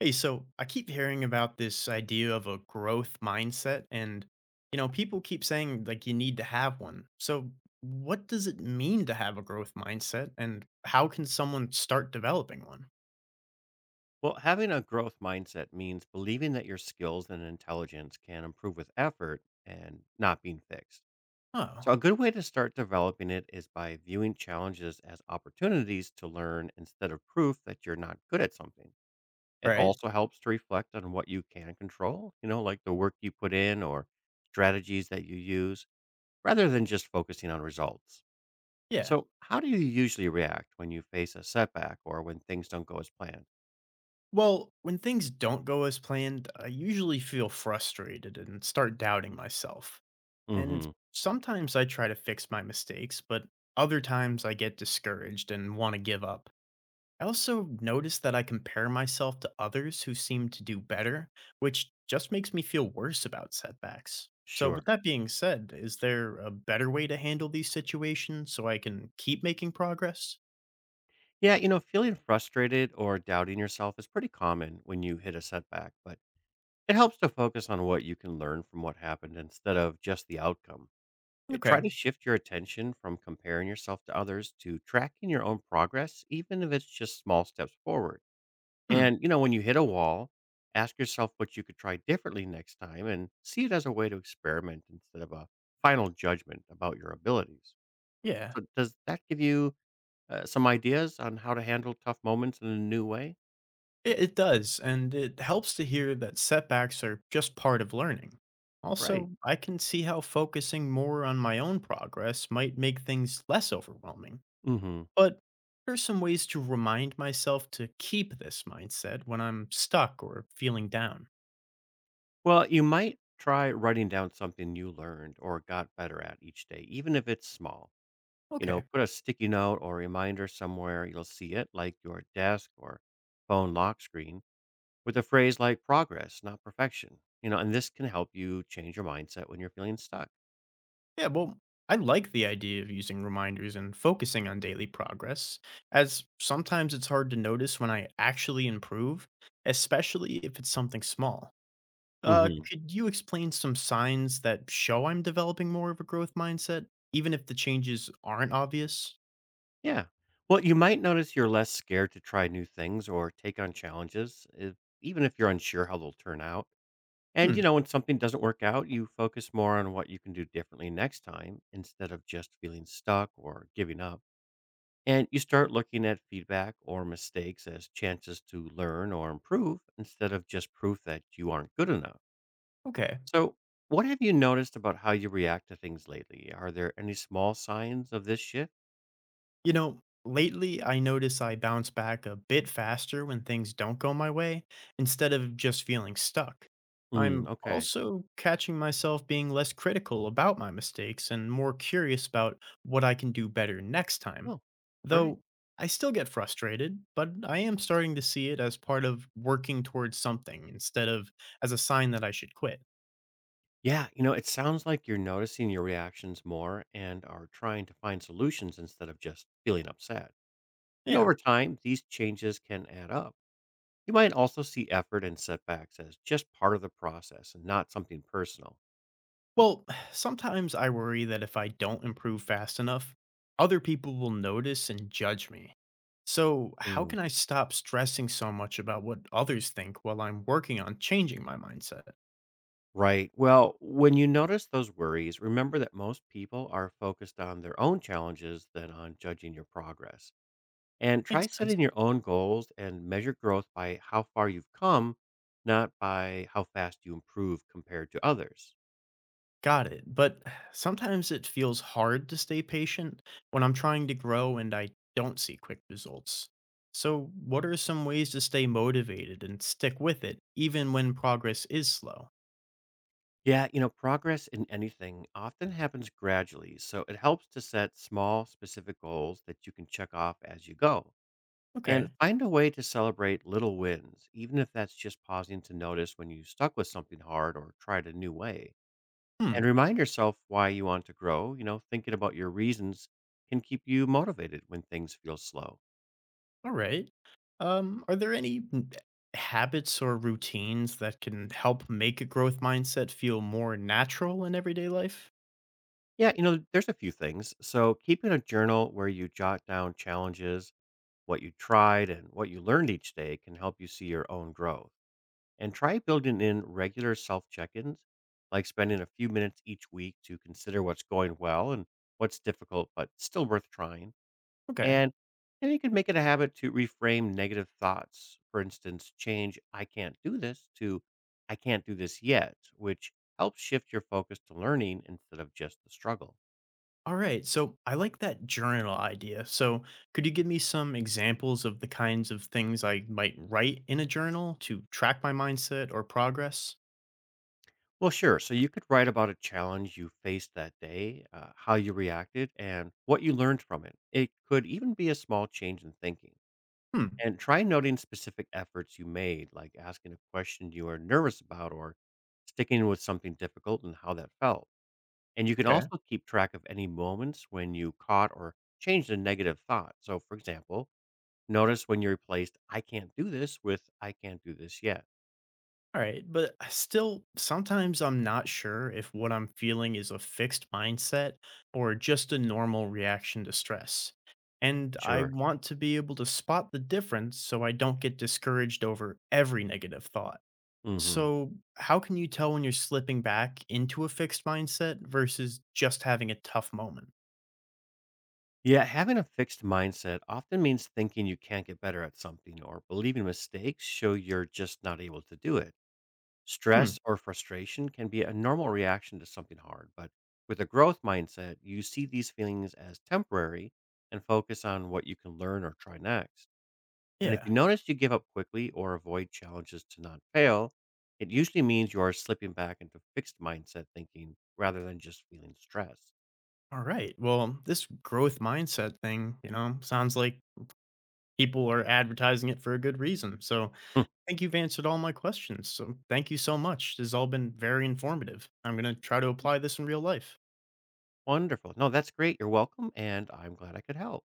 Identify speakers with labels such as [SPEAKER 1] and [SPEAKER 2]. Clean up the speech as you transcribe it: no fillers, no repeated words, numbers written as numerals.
[SPEAKER 1] Hey, so I keep hearing about this idea of a growth mindset, and people keep saying like you need to have one. So, what does it mean to have a growth mindset, and how can someone start developing one?
[SPEAKER 2] Well, having a growth mindset means believing that your skills and intelligence can improve with effort and not being fixed.
[SPEAKER 1] Oh,
[SPEAKER 2] So,
[SPEAKER 1] all
[SPEAKER 2] a good way to start developing it is by viewing challenges as opportunities to learn instead of proof that you're not good at something. It
[SPEAKER 1] right,
[SPEAKER 2] also helps to reflect on what you can control, like the work you put in or strategies that you use, rather than just focusing on results.
[SPEAKER 1] yeah.
[SPEAKER 2] So, how do you usually react when you face a setback or when things don't go as planned?
[SPEAKER 1] Well, when things don't go as planned, I usually feel frustrated and start doubting myself.
[SPEAKER 2] Mm
[SPEAKER 1] And
[SPEAKER 2] hmm.
[SPEAKER 1] sometimes I try to fix my mistakes, but other times I get discouraged and want to give up. I also notice that I compare myself to others who seem to do better, which just makes me feel worse about setbacks. So,
[SPEAKER 2] Sure.
[SPEAKER 1] with that being said, is there a better way to handle these situations so I can keep making progress?
[SPEAKER 2] Yeah, feeling frustrated or doubting yourself is pretty common when you hit a setback, but it helps to focus on what you can learn from what happened instead of just the outcome. Try
[SPEAKER 1] Okay.
[SPEAKER 2] to shift your attention from comparing yourself to others to tracking your own progress, even if it's just small steps forward.
[SPEAKER 1] Hmm.
[SPEAKER 2] And when you hit a wall, ask yourself what you could try differently next time and see it as a way to experiment instead of a final judgment about your abilities.
[SPEAKER 1] Yeah.
[SPEAKER 2] So, does that give you some ideas on how to handle tough moments in a new way?
[SPEAKER 1] It does, and it helps to hear that setbacks are just part of learning.
[SPEAKER 2] Right.
[SPEAKER 1] Also, I can see how focusing more on my own progress might make things less overwhelming.
[SPEAKER 2] Hmm.
[SPEAKER 1] But here are some ways to remind myself to keep this mindset when I'm stuck or feeling down.
[SPEAKER 2] Well, you might try writing down something you learned or got better at each day, even if it's small. You know,
[SPEAKER 1] Okay.
[SPEAKER 2] put a sticky note or reminder somewhere you'll see it, like your desk or phone lock screen, with a phrase like progress, not perfection. And this can help you change your mindset when you're feeling stuck.
[SPEAKER 1] Yeah, well, I like the idea of using reminders and focusing on daily progress, as sometimes it's hard to notice when I actually improve, especially if it's something small.
[SPEAKER 2] Hmm.
[SPEAKER 1] Could you explain some signs that show I'm developing more of a growth mindset, even if the changes aren't obvious?
[SPEAKER 2] Yeah. Well, you might notice you're less scared to try new things or take on challenges, if, even if you're unsure how they'll turn out. And, you
[SPEAKER 1] Hmm,
[SPEAKER 2] know, when something doesn't work out, you focus more on what you can do differently next time instead of just feeling stuck or giving up. And you start looking at feedback or mistakes as chances to learn or improve instead of just proof that you aren't good enough.
[SPEAKER 1] okay.
[SPEAKER 2] So, what have you noticed about how you react to things lately? Are there any small signs of this shift?
[SPEAKER 1] You know, lately I notice I bounce back a bit faster when things don't go my way instead of just feeling stuck.
[SPEAKER 2] Mm,
[SPEAKER 1] I'm
[SPEAKER 2] okay.
[SPEAKER 1] also catching myself being less critical about my mistakes and more curious about what I can do better next time.
[SPEAKER 2] Oh, great.
[SPEAKER 1] Though I still get frustrated, but I am starting to see it as part of working towards something instead of as a sign that I should quit.
[SPEAKER 2] Yeah, it sounds like you're noticing your reactions more and are trying to find solutions instead of just feeling upset. And
[SPEAKER 1] Yeah,
[SPEAKER 2] over time, these changes can add up. You might also see effort and setbacks as just part of the process and not something personal.
[SPEAKER 1] well, sometimes I worry that if I don't improve fast enough, other people will notice and judge me. So, how
[SPEAKER 2] Mm,
[SPEAKER 1] can I stop stressing so much about what others think while I'm working on changing my mindset?
[SPEAKER 2] right. Well, when you notice those worries, remember that most people are focused on their own challenges than on judging your progress. And try
[SPEAKER 1] Makes sense.
[SPEAKER 2] setting your own goals and measure growth by how far you've come, not by how fast you improve compared to others.
[SPEAKER 1] Got it. But sometimes it feels hard to stay patient when I'm trying to grow and I don't see quick results. So, what are some ways to stay motivated and stick with it, even when progress is slow?
[SPEAKER 2] Yeah, progress in anything often happens gradually, so it helps to set small, specific goals that you can check off as you go. And
[SPEAKER 1] Okay.
[SPEAKER 2] find a way to celebrate little wins, even if that's just pausing to notice when you stuck with something hard or tried a new way.
[SPEAKER 1] Hmm.
[SPEAKER 2] And remind yourself why you want to grow. Thinking about your reasons can keep you motivated when things feel slow.
[SPEAKER 1] All right. Are there any habits or routines that can help make a growth mindset feel more natural in everyday life?
[SPEAKER 2] Yeah, there's a few things. So keeping a journal where you jot down challenges, what you tried and what you learned each day can help you see your own growth. And try building in regular self check ins, like spending a few minutes each week to consider what's going well and what's difficult, but still worth trying.
[SPEAKER 1] Okay.
[SPEAKER 2] And then you can make it a habit to reframe negative thoughts. For instance, change "I can't do this" to "I can't do this yet," which helps shift your focus to learning instead of just the struggle.
[SPEAKER 1] All right. So I like that journal idea. So could you give me some examples of the kinds of things I might write in a journal to track my mindset or progress?
[SPEAKER 2] Well, sure. So you could write about a challenge you faced that day, how you reacted, and what you learned from it. It could even be a small change in thinking.
[SPEAKER 1] Hmm.
[SPEAKER 2] And try noting specific efforts you made, like asking a question you were nervous about or sticking with something difficult and how that felt. And you can
[SPEAKER 1] Okay.
[SPEAKER 2] also keep track of any moments when you caught or changed a negative thought. So, for example, notice when you replaced "I can't do this" with "I can't do this yet."
[SPEAKER 1] All right, but I still, Sometimes I'm not sure if what I'm feeling is a fixed mindset or just a normal reaction to stress. And I
[SPEAKER 2] Sure.
[SPEAKER 1] want to be able to spot the difference so I don't get discouraged over every negative thought.
[SPEAKER 2] Hmm.
[SPEAKER 1] So, how can you tell when you're slipping back into a fixed mindset versus just having a tough moment?
[SPEAKER 2] Yeah, having a fixed mindset often means thinking you can't get better at something or believing mistakes show you're just not able to do it.
[SPEAKER 1] Hmm,
[SPEAKER 2] Stress or frustration can be a normal reaction to something hard, but with a growth mindset, you see these feelings as temporary and focus on what you can learn or try next. And if
[SPEAKER 1] yeah.
[SPEAKER 2] you notice you give up quickly or avoid challenges to not fail, it usually means you are slipping back into fixed mindset thinking rather than just feeling stress.
[SPEAKER 1] All right. Well, this growth mindset thing, sounds like people are advertising it for a good reason. So, think you've answered all my questions. So thank you so much. This has all been very informative. I'm going to try to apply this in real life.
[SPEAKER 2] Wonderful. No, that's great. You're welcome, and I'm glad I could help.